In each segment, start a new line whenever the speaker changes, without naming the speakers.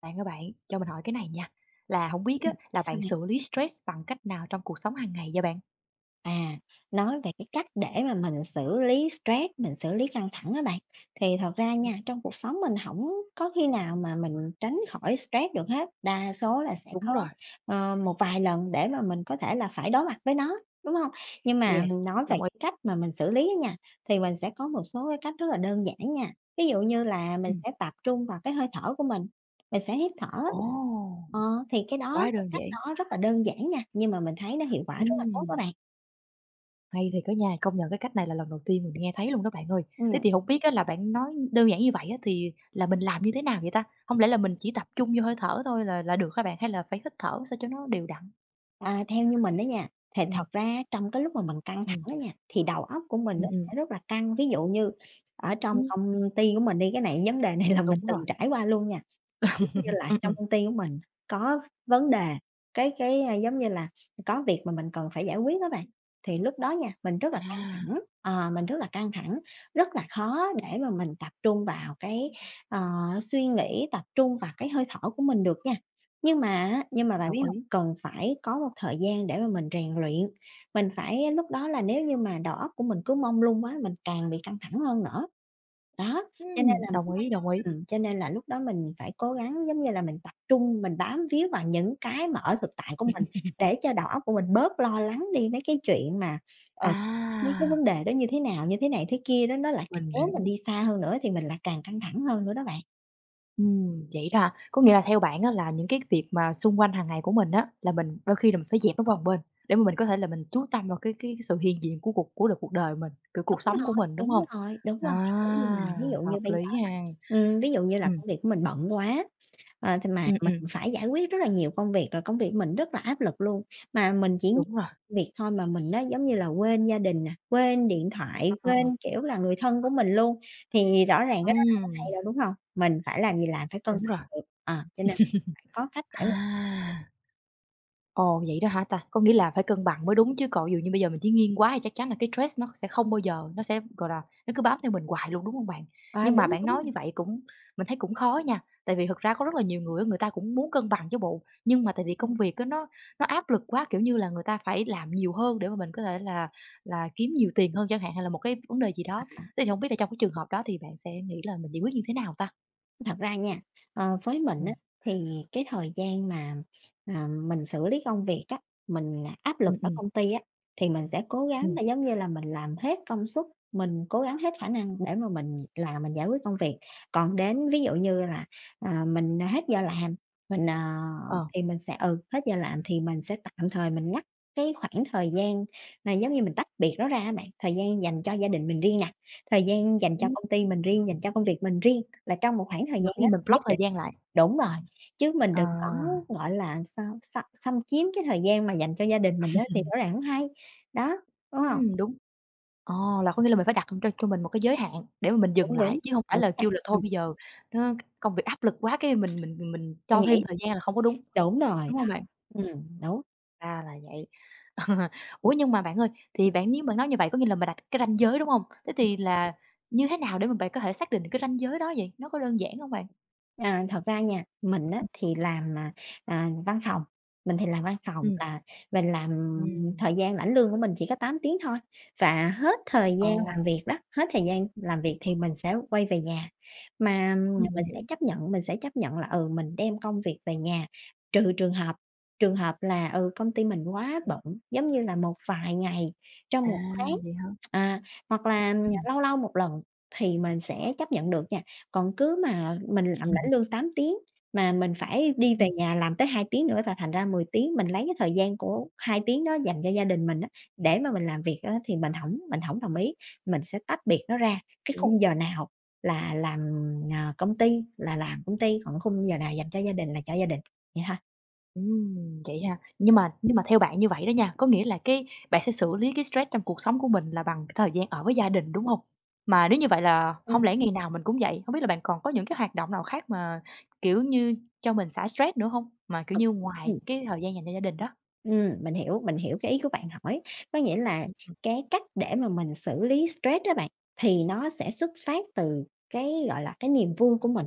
Bạn ơi bạn, cho mình hỏi cái này nha, là không biết á là
Sao
bạn
bạn?
xử lý stress bằng cách nào trong cuộc sống hàng ngày vậy bạn?
À, nói về cái cách để mà mình xử lý stress, mình xử lý căng thẳng á bạn, thì thật ra nha,
Ừm,
trong cuộc sống mình hổng có khi nào mà mình tránh khỏi stress được hết, đa số là sẽ
đúng
có,
rồi.
một vài lần để mà mình có thể là phải đối mặt với nó, đúng hông? Nhưng mà mình
Yes,
nói về
đồng ý.
cái cách mà mình xử lý á nha, thì mình sẽ có một số cái cách rất là đơn giản nha. Ví dụ như là mình
Ừm,
sẽ tập trung vào cái hơi thở của mình sẽ hít thở á,
ồ,
ờ, thì
quá
cái
đơn
cách
giản.
đó rất là đơn giản nha, nhưng mà mình thấy nó hiệu quả rất là tốt đó
Ừm,
bạn.
hay thì á nhà công nhận cái cách này là lần đầu tiên mình nghe thấy luôn đó bạn ơi. Thế
Ừm,
thì không biết á là bạn nói đơn giản như vậy á thì là mình làm như thế nào vậy ta? Không lẽ là mình chỉ tập trung vô hơi thở thôi là được hả bạn? Hay là phải hít thở sao cho nó đều đặn?
Theo như mình đó nha, thì thật
Ừm,
ra trong cái lúc mà mình căng thẳng
ừm,
đó nha, thì đầu óc của mình nó
ừm, ừm,
sẽ rất là căng. Ví dụ như ở trong
ừm,
công ty của mình đi, cái này vấn đề này là mình
đúng rồi.
từng trải qua luôn nha. Giống như là
Ừm,
trong
ừm.
công ty của mình có vấn đề, giống như là, có việc mà mình cần phải giải quyết á bạn, thì lúc đó nha, mình rất là căng thẳng,
À,
mình rất là căng thẳng, rất là khó để mà mình tập trung vào cái, ờ, suy nghĩ, tập trung vào cái hơi thở của mình được nha. Nhưng mà á, nhưng mà bạn biết
đồng
hông?
ý.
Cần phải có một thời gian để mà mình rèn luyện, mình phải lúc đó là nếu như mà đầu óc của mình cứ mông lung quá, mình càng bị căng thẳng hơn nữa. Đó, cho nên là
Đồng
mình
ý, đồng ý.
cho nên là lúc đó mình phải cố gắng, giống như là, mình tập trung, mình bám víu vào những cái mà ở thực tại của mình để cho đầu óc của mình bớt lo lắng đi mấy cái chuyện mà,
À,
ờ, mấy cái vấn đề đó như thế nào, như thế này thế kia đó, nó lại càng
mình
kéo mình
hiểu.
đi xa hơn nữa thì mình lại càng căng thẳng hơn nữa đó bạn.
Vậy đó hả? Có nghĩa là theo bạn á, là những cái việc mà xung quanh hàng ngày của mình á, là mình đôi khi là mình phải dẹp nó qua một bên để mà mình có thể là mình chú tâm vào cái sự hiện diện của cuộc của đời cuộc đời mình, kiểu,
Đúng
cuộc sống
rồi,
của mình, đúng
đúng
không?
rồi, đúng
À,
rồi, giống như là ví dụ như
hợp
bây giờ
lý ha.
ví dụ như là
Ừm,
công việc của mình bận quá. Ờ, thì mà
ừm,
mình
ừm,
phải giải quyết rất là nhiều công việc, rồi công việc mình rất là áp lực luôn, mà mình chỉ
đúng rồi,
việc thôi mà mình nó giống như là, quên gia đình nè, quên điện
ờ,
thoại,
ờ, ờ,
quên, kiểu là, người thân của mình luôn, thì rõ ràng cái đó đâu có hay
ừm,
đâu, đúng không? Mình phải làm gì làm, phải cân
đúng
bằng
rồi,
được, cho nên là phải có cách để mà
à. Ồ, vậy đó hả ta? Có nghĩa là phải cân bằng mới đúng chứ còn dù như bây giờ mình chỉ nghiêng quá thì chắc chắn là cái stress nó sẽ không bao giờ nó sẽ, gọi là, nó cứ bám theo mình hoài luôn, đúng không bạn?
à,
Nhưng mà
đúng,
bạn nói như vậy cũng mình thấy cũng khó nha, tại vì thực ra có rất là nhiều người á, người ta cũng muốn cân bằng chứ bộ, nhưng mà tại vì
đúng.
công việc á, nó áp lực quá, kiểu như là, người ta phải làm nhiều hơn để mà mình có thể là kiếm nhiều tiền hơn chẳng hạn, hay là một cái vấn đề gì đó. Thế thì hổng biết là trong cái trường hợp đó thì bạn sẽ nghĩ là mình giải quyết như thế nào ta?
Thật ra nha, với mình
ừ
á, thì cái thời gian mà, mình xử lý công việc á, mình áp
ừ
lực
ừ
ở công ty á, thì mình sẽ cố gắng
ừm,
là, giống như là, mình làm hết công suất, mình cố gắng hết khả năng để mà mình làm, mình giải quyết công việc. Còn đến ví dụ như là, mình hết giờ làm, mình, ờ,
ờ,
thì mình sẽ hết giờ làm thì mình sẽ tạm thời mình ngắt cái khoảng thời gian mà giống như mình tách biệt nó ra á bạn, thời gian dành cho gia đình mình riêng nè, thời gian dành cho
đúng,
công ty mình riêng, dành cho công việc mình riêng. Là trong một khoảng thời
là
gian
có nghĩa
đó
mình
nhất
block thời
định
gian
thôi.
lại.
Đúng rồi, chứ mình đừng có,
À,
gọi là, sao, xâm xâm chiếm cái thời gian mà dành cho gia đình mình á thì rõ ràng hổng hay. Đó, đúng hông?
đúng. Ờ, là có nghĩa là mình phải đặt cho mình một cái giới hạn để mà mình dừng
Đúng, đúng,
lại, chứ hông phải
đúng
là
nha,
kêu là thôi
ừm,
bây giờ nó công việc áp lực quá cái mình
mình
cho thêm
nghĩ
thời gian là không có đúng,
đúng rồi,
đúng
đó,
hông bạn? Ừm.
đúng.
Ra là vậy. Ờ, ủa, nhưng mà bạn ơi, thì bạn nếu bạn nói như vậy có nghĩa là mình đặt cái ranh giới, đúng hông? Thế thì là như thế nào để mà bạn có thể xác định được cái ranh giới đó vậy? Nó có đơn giản hông bạn?
À, thật ra nha, mình á thì làm, văn phòng, mình thì làm văn phòng
Ừm,
là mình làm
ừm,
thời gian lãnh lương của mình chỉ có 8 tiếng thôi, và hết thời gian làm
ồ,
việc đó, hết thời gian làm việc thì mình sẽ quay về nhà. Mà
mình
mình
hiểu,
sẽ chấp nhận mình sẽ chấp nhận là, ừ, mình đem công việc về nhà, trừ trường hợp là, ừ, công ty mình quá
ừm.
bận, giống như là một vài ngày trong
À,
một tháng,
vậy hả?
à, hoặc là
Ừm,
lâu lâu một lần thì mình sẽ chấp nhận được nha. Còn cứ mà mình làm lãnh lương 8 tiếng, mà mình phải đi về
ừm,
nhà làm tới 2 tiếng nữa là thành ra 10 tiếng, mình lấy cái thời gian của 2 tiếng đó dành cho gia đình mình á, để mà mình làm việc á thì mình hổng đồng ý. Mình sẽ tách biệt nó ra, cái
đồng ý.
khung giờ nào là làm, ờ, công ty là làm công ty, còn khung giờ nào dành cho gia đình là cho gia đình, vậy ha.
Ừm, vậy ha. Nhưng mà theo bạn như vậy đó nha, có nghĩa là cái bạn sẽ xử lý cái stress trong cuộc sống của mình là bằng cái thời gian ở với gia đình, đúng hông? Mà nếu như vậy là hông
Ừm.
lẽ ngày nào mình cũng vậy? Hông biết là bạn còn có những cái hoạt động nào khác mà, kiểu như, cho mình xả stress nữa hông? Mà, kiểu
Thật
như, ngoài
Ừm.
cái thời gian dành cho gia đình đó?
Mình hiểu, mình hiểu cái ý của bạn hỏi. Có nghĩa là
Ừm.
cái cách để mà mình xử lý stress đó bạn, thì nó sẽ xuất phát từ cái, gọi là, cái niềm vui của mình.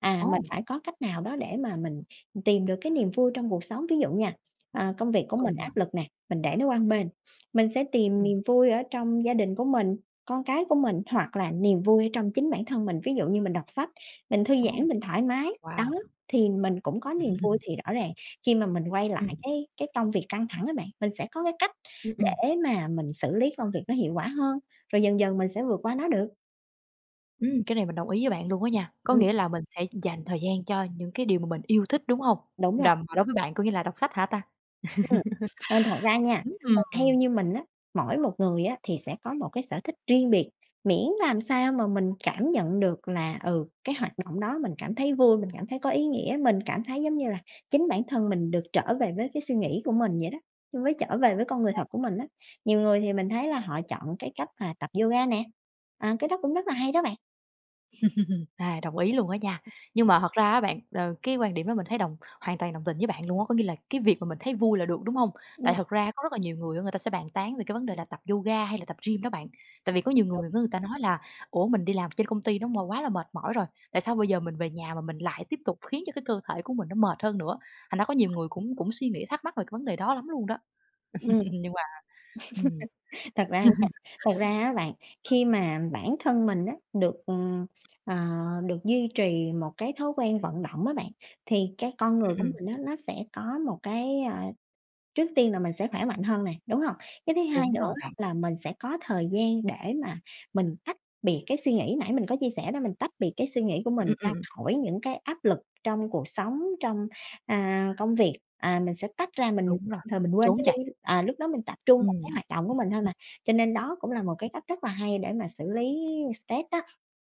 À, mình
Ồ,
phải có cách nào đó để mà mình tìm được cái niềm vui trong cuộc sống. Ví dụ nha, công việc của
ừ
mình
nhỉ?
áp lực nè, mình để nó qua một bên, mình sẽ tìm
Ừm.
niềm vui ở trong gia đình của mình, con cái của mình hoặc là niềm vui ở trong chính bản thân mình. Ví dụ như mình đọc sách, mình thư
Ồ,
giãn, mình thoải mái, đó,
wow!
thì mình cũng có niềm vui. Thì rõ ràng khi mà mình quay lại
Ừm,
cái công việc căng thẳng các bạn, mình sẽ có cái cách
ừm, ừm.
để mà mình xử lý công việc nó hiệu quả hơn, rồi dần dần mình sẽ vượt qua nó được.
Cái này mình đồng ý với bạn luôn á nha. Có
Ừm,
nghĩa là mình sẽ dành thời gian cho những cái điều mà mình yêu thích, đúng hông?
đúng rồi.
Đầm đối với bạn có nghĩa là đọc sách hả ta?
Ừm, Thật ra nha, theo
Ừm.
như mình á, mỗi một người á thì sẽ có một cái sở thích riêng biệt, miễn làm sao mà mình cảm nhận được là, ừ, cái hoạt động đó mình cảm thấy vui, mình cảm thấy có ý nghĩa, mình cảm thấy giống như là chính bản thân mình được trở về với cái suy nghĩ của mình vậy đó, trở về với con người thật của mình á. Nhiều người thì mình thấy là họ chọn cái cách là tập yoga nè, à, cái đó cũng rất là hay đó bạn.
À, đồng ý luôn á nha. Nhưng mà thật ra á bạn, ờ, cái quan điểm đó mình thấy đồng hoàn toàn đồng tình với bạn luôn á, có nghĩa là cái việc mà mình thấy vui là được, đúng không?
Ừm,
Tại thật ra có rất là nhiều người á, người ta sẽ bàn tán về cái vấn đề là tập yoga hay là tập gym đó bạn. Tại vì có nhiều
Đúng.
người người ta nói là "Ủa, mình đi làm trên công ty nó mà quá là mệt mỏi rồi, tại sao bây giờ mình về nhà mà mình lại tiếp tục khiến cho cái cơ thể của mình nó mệt hơn nữa?" Thành ra có nhiều người cũng cũng suy nghĩ thắc mắc về cái vấn đề đó lắm luôn đó.
Ừm.
Nhưng mà ừm,
Thật ra nha thật ra á bạn, khi mà bản thân mình á, ờ, được duy trì một cái thói quen vận động á bạn, thì cái con người
ừm,
của
ừm,
mình á, nó sẽ có một cái. Trước tiên là mình sẽ khỏe mạnh hơn này đúng hông? Cái thứ hai
đúng
nữa
rồi
á
bạn.
là mình sẽ có thời gian để mà mình tách biệt cái suy nghĩ, nãy mình có chia sẻ đó, mình tách biệt cái suy nghĩ của
Ừm,
mình
ừm,
ra
ừm,
khỏi những cái áp lực trong cuộc sống, trong, công việc. À, mình sẽ tách ra, mình
đúng
tạm
rồi,
thời mình quên
trốn
nó
chạy.
đi, lúc đó mình tập trung vào cái
Ừm.
hoạt động của mình thôi mà, cho nên đó cũng là một cái cách rất là hay để mà xử lý stress đó.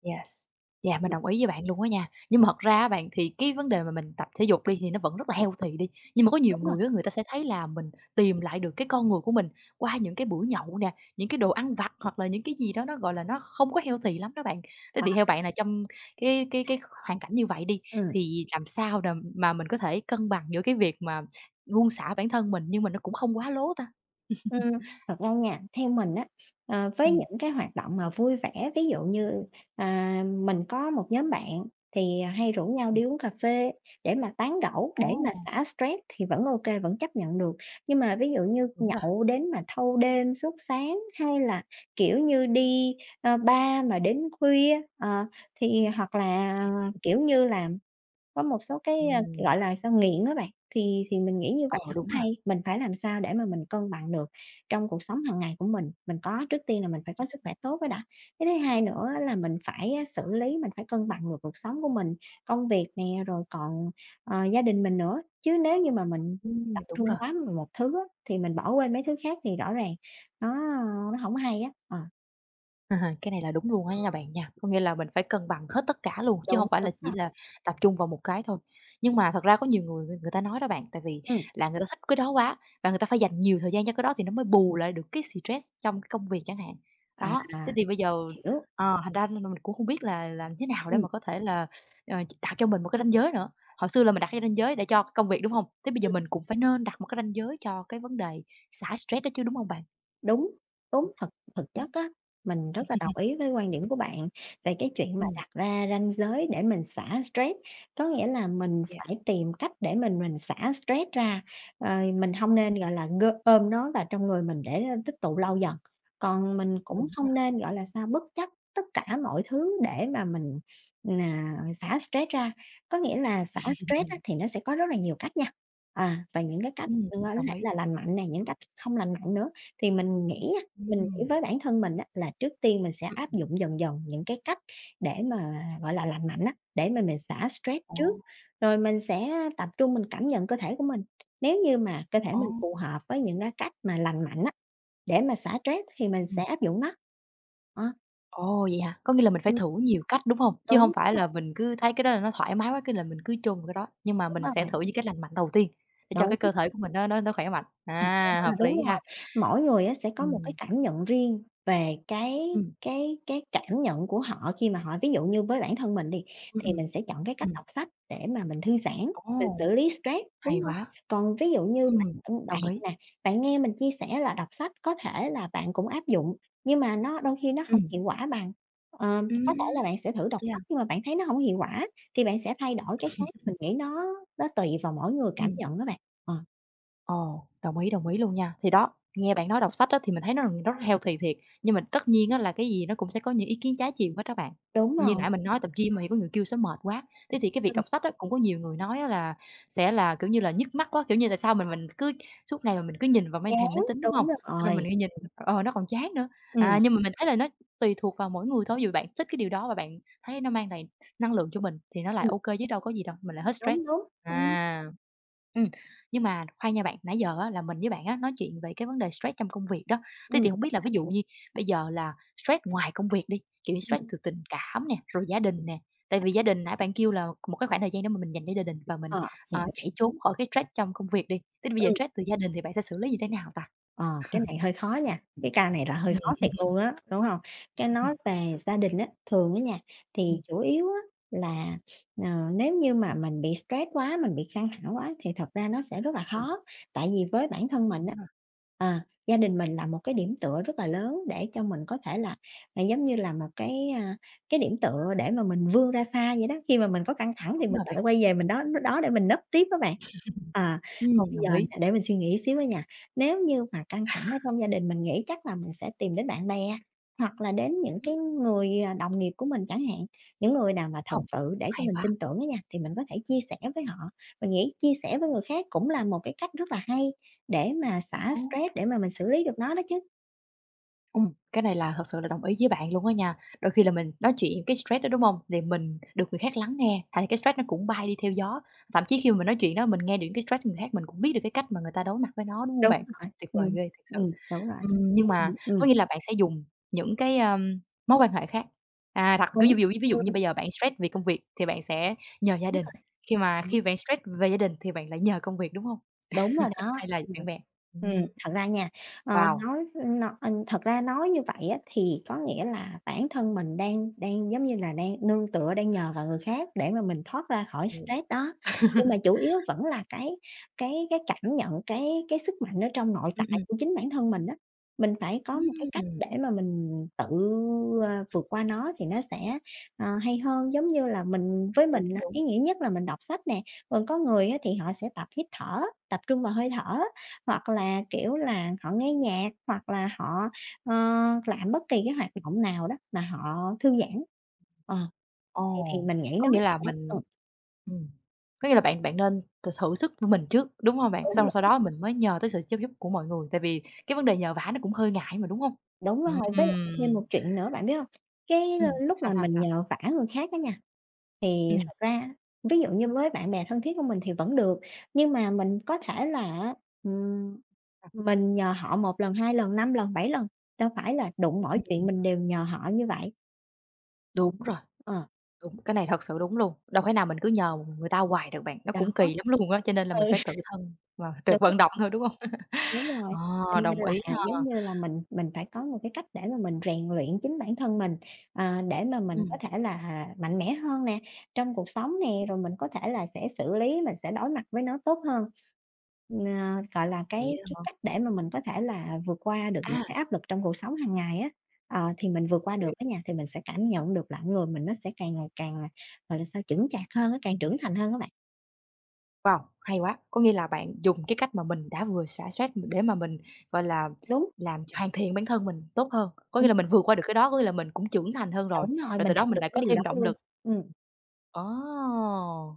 Yes. Yeah, mình
Ừm,
đồng ý với bạn luôn á nha. Nhưng mà thật ra á bạn, thì cái vấn đề mà mình tập thể dục đi thì nó vẫn rất là healthy đi, nhưng mà có
đúng
nhiều
rồi,
người á, người ta sẽ thấy là mình tìm lại được cái con người của mình qua những cái buổi nhậu nè, những cái đồ ăn vặt hoặc là những cái gì đó nó, gọi là, nó không có healthy lắm đó bạn. Thế
ờ,
thì theo bạn là trong cái hoàn cảnh như vậy đi,
ừm.
thì làm sao để mà mình có thể cân bằng giữa cái việc mà buông xả bản thân mình nhưng mà nó cũng không quá lố ta?
Ừm, thật ra nha, theo mình á, với
Ừ,
những cái hoạt động mà vui vẻ, ví dụ như, mình có một nhóm bạn thì hay rủ nhau
ừm.
đi uống cà phê để mà tán gẫu, để mà
Ồ,
xả stress thì vẫn ok vẫn chấp nhận được. Nhưng mà ví dụ như
đúng rồi.
nhậu đến mà thâu đêm suốt sáng, hay là, kiểu như, đi, bar mà đến khuya, thì hoặc là, kiểu như là có một số cái,
ừ,
gọi là, sao, nghiện á bạn, thì mình nghĩ như vậy
Ờ,
hổng
đúng rồi.
hay, mình phải làm sao để mà mình cân bằng được trong cuộc sống hàng ngày của mình. Mình có trước tiên là mình phải có sức khỏe tốt cái đã, cái thứ hai nữa á là mình phải á xử lý, mình phải cân bằng được cuộc sống của mình, công việc nè, rồi còn, gia đình mình nữa. Chứ nếu như mà mình tập
Đúng
trung
rồi.
quá vào một thứ á, thì mình bỏ quên mấy thứ khác thì rõ ràng nó nó hổng hay á. Ờ,
Cái này là đúng luôn á nha bạn nha, có nghĩa là mình phải cân bằng hết tất cả luôn, chứ
đúng,
không phải
đúng
là chỉ
rồi.
là tập trung vào một cái thôi. Nhưng mà thật ra có nhiều người người người ta nói đó bạn, tại vì
Ừm,
là người ta thích cái đó quá và người ta phải dành nhiều thời gian cho cái đó thì nó mới bù lại được cái stress trong cái công việc chẳng hạn.
à,
Đó, thế thì bây giờ
hiểu.
ờ, thành ra là mình cũng không biết là làm thế nào để
Ừm.
mà có thể là, ờ, đặt cho mình một cái ranh giới nữa. Hồi xưa là mình đặt cái ranh giới để cho cái công việc, đúng không? Thế bây giờ mình cũng phải nên đặt một cái ranh giới cho cái vấn đề xả stress đó chứ, đúng không bạn?
Đúng, đúng, thực thực chất á, mình rất là đồng ý với quan điểm của bạn về cái chuyện mà
Ừm,
đặt ra ranh giới để mình xả stress. Có nghĩa là mình phải
yes,
tìm cách để mình xả stress ra, mình hông nên,
ừm,
gọi là, gơ ôm nó vào trong người mình để nó tích tụ lâu dần. Còn mình cũng
đúng
hông nên, gọi là sao, bất chấp tất cả mọi thứ để mà mình, xả stress ra. Có nghĩa là xả stress
rồi.
á, thì nó sẽ có rất là nhiều cách nha, và những cái cách có
Đồng
thể
ý.
là lành mạnh nè, những cách không lành mạnh nữa. Thì mình nghĩ á, Mình nghĩ
Ừm.
với bản thân mình á, là trước tiên mình sẽ áp
Ừm.
dụng dần dần những cái cách để mà, gọi là, lành mạnh á, để mà mình xả stress
Ồ,
trước, rồi mình sẽ tập trung mình cảm nhận cơ thể của mình. Nếu như mà cơ thể
ồ,
mình phù hợp với những cái cách mà lành mạnh á, để mà xả stress thì mình sẽ
ừm.
áp dụng nó. Ờ,
Ồ, vậy hả? Có nghĩa là mình phải
Ừm.
thử nhiều cách, đúng hông? Chứ
Đúng,
hông phải là mình cứ thấy cái đó là nó thoải mái quá, cái là mình cứ chôn vào cái đó, nhưng mà
đúng
mình sẽ
rồi,
thử những cách lành mạnh đầu tiên để cho
đúng.
cái cơ thể của mình nó khỏe mạnh.
À,
À, hợp
đúng
lý
rồi,
ha.
mỗi người á sẽ có một cái
Ừm,
cảm nhận riêng về
ừm,
cái cảm nhận của họ khi mà họ ví dụ như với bản thân mình đi,
ừm,
thì
ừm,
mình sẽ chọn cái cách đọc
ừm.
sách để mà mình thư giãn, mình
Ồ,
xử lý stress, đúng
hay
hông?
quá!
Còn ví dụ như bạn,
Ừm,
bạn
đồng ý.
nè, bạn nghe mình chia sẻ là đọc sách có thể là bạn cũng áp dụng, nhưng mà nó đôi khi nó hổng
Ừm,
hiệu quả bằng. Ờ, có thể là
ừm,
bạn sẽ thử đọc
yeah,
sách nhưng mà bạn thấy nó hổng hiệu quả thì bạn sẽ thay đổi cái khác, mình nghĩ nó tùy vào mỗi người cảm
ừm.
nhận á bạn. Ờ,
Ồ, đồng ý luôn nha. Thì đó, nghe bạn nói đọc sách á, thì mình thấy nó rất healthy thiệt, nhưng mà tất nhiên á, là cái gì nó cũng sẽ có những ý kiến trái chiều hết các bạn.
đúng
Như
rồi.
nãy mình nói tập gym mà có người kêu sẽ mệt quá, thế thì cái việc đọc sách á, cũng có nhiều người nói á, là sẽ là, kiểu như là, nhức mắt quá, kiểu như, tại sao mình cứ suốt ngày mà mình cứ nhìn vào màn hình
Chán,
máy tính, đúng
đúng
không? Xong rồi
rồi.
mình lại nhìn nó còn chán nữa.
Ừm,
À, nhưng mà mình thấy là nó tùy thuộc vào mỗi người thôi, ví dụ bạn thích cái điều đó và bạn thấy nó mang lại năng lượng cho mình thì nó lại
ừm,
ok kê chứ đâu có gì đâu, mình lại hết stress.
đúng, đúng.
À. Ừm. Nhưng mà khoan nha bạn, nãy giờ á là mình với bạn á nói chuyện về cái vấn đề stress trong công việc đó. Thế thì không biết là
Sao
ví
bạn?
dụ như bây giờ là stress ngoài công việc đi, kiểu như stress
Ừm,
từ tình cảm nè, rồi gia đình nè, tại vì gia đình nãy bạn kêu là một cái khoảng thời gian đó mà mình dành cho gia đình và mình,
ờ,
ờ,
hiểu.
chạy trốn khỏi cái stress trong công việc đi, thế thì bây giờ
Ừm.
stress từ gia đình thì bạn sẽ xử lý như thế nào ta?
Ờ, cái này hơi khó nha, cái ca này là hơi
Ừm,
khó thiệt
ừm,
luôn á, đúng hông? Cái nói về gia đình á, thường á nha, thì
ừm,
chủ yếu á là, ờ, nếu như mà mình bị stress quá, mình bị căng thẳng quá thì thật ra nó sẽ rất là khó. Tại vì với bản thân mình á,
đúng rồi,
ờ, gia đình mình là một cái điểm tựa rất là lớn để cho mình có thể là, giống như là một cái, cái điểm tựa để mà mình vươn ra xa vậy đó. Khi mà mình có căng thẳng
đúng
thì mình
rồi bạn.
lại quay về mình đó đó để mình nấp tiếp á bạn. À, còn bây
Đồng
giờ
ý.
nè, để mình suy nghĩ xíu á nha. Nếu như mà căng thẳng ở trong gia đình mình nghĩ chắc là mình sẽ tìm đến bạn bè, hoặc là đến những
Ừm,
cái người, đồng nghiệp của mình chẳng hạn, những người nào mà thật
hông,
sự để cho
hay
mình
quá,
tin tưởng á nha, thì mình có thể chia sẻ với họ. Mình nghĩ chia sẻ với người khác cũng là một cái cách rất là hay để mà xả
ồ!
stress, để mà mình xử lý được nó đó chứ.
Cái này là thật sự là đồng ý với bạn luôn á nha. Đôi khi là mình nói chuyện cái stress đó, đúng không? Thì mình được người khác lắng nghe, hay là cái stress nó cũng bay đi theo gió. Thậm chí khi mà mình nói chuyện đó, mình nghe được cái stress của người khác, mình cũng biết được cái cách mà người ta đối mặt với nó, đúng không
Đúng
bạn?
rồi.
Tuyệt vời ghê thật sự.
Đúng rồi,
Nhưng mà
ừm, ừm,
có nghĩa là bạn sẽ dùng những cái, mối quan hệ khác, à, đặc như
đúng,
ví dụ
ừm,
như bây giờ bạn stress vì công việc thì bạn sẽ nhờ gia
đúng
đình,
rồi.
khi mà
Ừ.
khi bạn stress về gia đình thì bạn lại nhờ công việc, đúng không?
Đúng rồi đó.
Hay là
Ừm.
bạn bè? Ừm,
Thật ra nha, ờ,
wow!
nói thật ra nói như vậy á, thì có nghĩa là bản thân mình đang đang, giống như là, đang nương tựa, đang nhờ vào người khác để mà mình thoát ra khỏi stress đó. Nhưng mà chủ yếu vẫn là cái cảm nhận, cái sức mạnh ở trong nội tại
Ừm.
của chính bản thân mình á. Mình phải có một cái cách
Ừm.
để mà mình tự, ơ, vượt qua nó thì nó sẽ, ờ, hay hơn. Giống như là mình với
Đúng,
mình á,
đúng.
ý nghĩa nhất là mình đọc sách nè, còn có người á, thì họ sẽ tập hít thở, tập trung vào hơi thở, hoặc là, kiểu là, họ nghe nhạc, hoặc là họ, ờ, làm bất kỳ cái hoạt động nào đó mà họ thư giãn. Ờ,
Ồ,
thì mình nghĩ
có nghĩa là
sẽ
mình
ừ,
ừm, có nghĩa là bạn bạn nên t thử sức của mình trước, đúng hông bạn? Xong
đúng.
rồi sau đó mình mới nhờ tới sự giúp giúp của mọi người, tại vì cái vấn đề nhờ vả nó cũng hơi ngại mà, đúng hông?
Đúng rồi,
Ừm,
với lại thêm một chuyện nữa, bạn biết hông? Cái lúc
sao,
mà
sao,
mình
sao?
nhờ vả người khác á nha, thì
Ừm,
thật ra ví dụ như với bạn bè thân thiết của mình thì vẫn được, nhưng mà mình có thể là á, ừm,
sao?
mình nhờ họ một lần, 2 lần, 5 lần, 7 lần, đâu phải là đụng mỗi chuyện
Ừm,
mình đều nhờ họ như vậy.
đúng rồi,
Ờ,
đúng, cái này thật sự đúng luôn, đâu thể nào mình cứ nhờ người ta hoài được bạn, nó
đó,
cũng kỳ lắm luôn á, cho nên là mình
ừ,
phải tự thân mà tự
đúng.
vận động thôi, đúng hông?
Đúng rồi, cho
Ờ,
nên
đồng
là,
ý ha.
giống như là, mình phải có một cái cách để mà mình rèn luyện chính bản thân mình, ờ, để mà mình có
Ừm,
thể là mạnh mẽ hơn nè, trong cuộc sống nè, rồi mình có thể là sẽ xử lý, mình sẽ đối mặt với nó tốt hơn. Ờ, gọi là,
vậy đó
cái
hả?
cách để mà mình có thể là vượt qua được những
À.
cái áp lực trong cuộc sống hàng ngày á, ờ, thì mình vượt qua được
Hiểu.
cái nhà thì mình sẽ cảm nhận được là người mình nó sẽ càng ngày càng, gọi là sao, chững chạc hơn á, càng trưởng thành hơn các bạn.
Wow, hay quá! Có nghĩa là bạn dùng cái cách mà mình đã vừa xả stress để mà mình, gọi là,
Đúng,
làm cho hoàn thiện bản thân mình tốt hơn. Có
ừm,
nghĩa là mình vượt qua được cái đó, có nghĩa là mình cũng trưởng thành hơn rồi,
đúng rồi,
rồi
mình
từ
đạt
đó mình
được
lại
cái
có
điều đó
thêm động
luôn.
lực.
Ừm,
Ồ,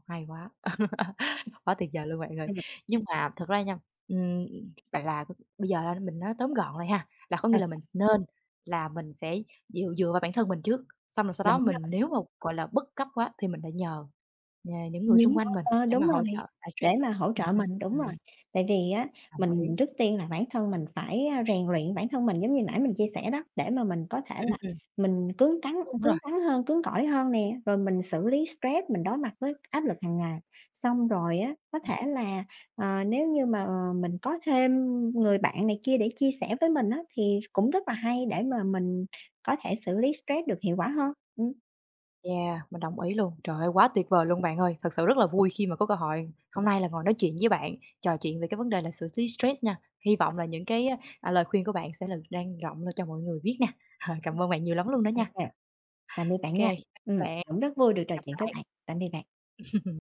hay quá! Quá tuyệt vời luôn bạn ơi! Nhưng mà thật ra nha, ừm, vậy là bây giờ là mình nói tóm gọn lại ha, là có nghĩa
ừ.
là mình nên là mình sẽ dựa dựa vào bản thân mình trước, xong rồi sau đó
Đúng
mình
rồi,
nếu mà, gọi là, bất cấp quá thì mình lại nhờ nhờ những người
những
xung
món
quanh mình
ờ,
để
đúng
mà
rồi,
hỗ trợ xả
để
stress.
mà hỗ trợ
Ừm,
mình, đúng rồi.
ừm,
Tại vì á,
đồng
mình
ý.
trước tiên là bản thân mình phải, rèn luyện bản thân mình giống như nãy mình chia sẻ đó, để mà mình có thể
Ừm,
là
ừm, ừm,
mình cứng cắn
đúng
cứng
rồi.
rắn hơn, cứng cỏi hơn nè, rồi mình xử lý stress, mình đối mặt với áp lực hàng ngày. Xong rồi á, có thể là, ờ, nếu như mà, ờ, mình có thêm người bạn này kia để chia sẻ với mình á, thì cũng rất là hay để mà mình có thể xử lý stress được hiệu quả hơn.
Yeah, mình đồng ý luôn. Trời ơi, quá tuyệt vời luôn bạn ơi. Thật sự rất là vui khi mà có cơ hội hôm nay là ngồi nói chuyện với bạn, trò chuyện về cái vấn đề là xử lý stress nha. Hy vọng là những cái, à, lời khuyên của bạn sẽ là lan rộng ra cho mọi người biết nè. Cảm ơn bạn nhiều lắm luôn đó
Ô
nha.
kê. Tạm biệt bạn nha.
OK, bye bạn.
Cũng rất vui được trò
Gặp
chuyện với bạn. Tạm biệt bạn.
lại.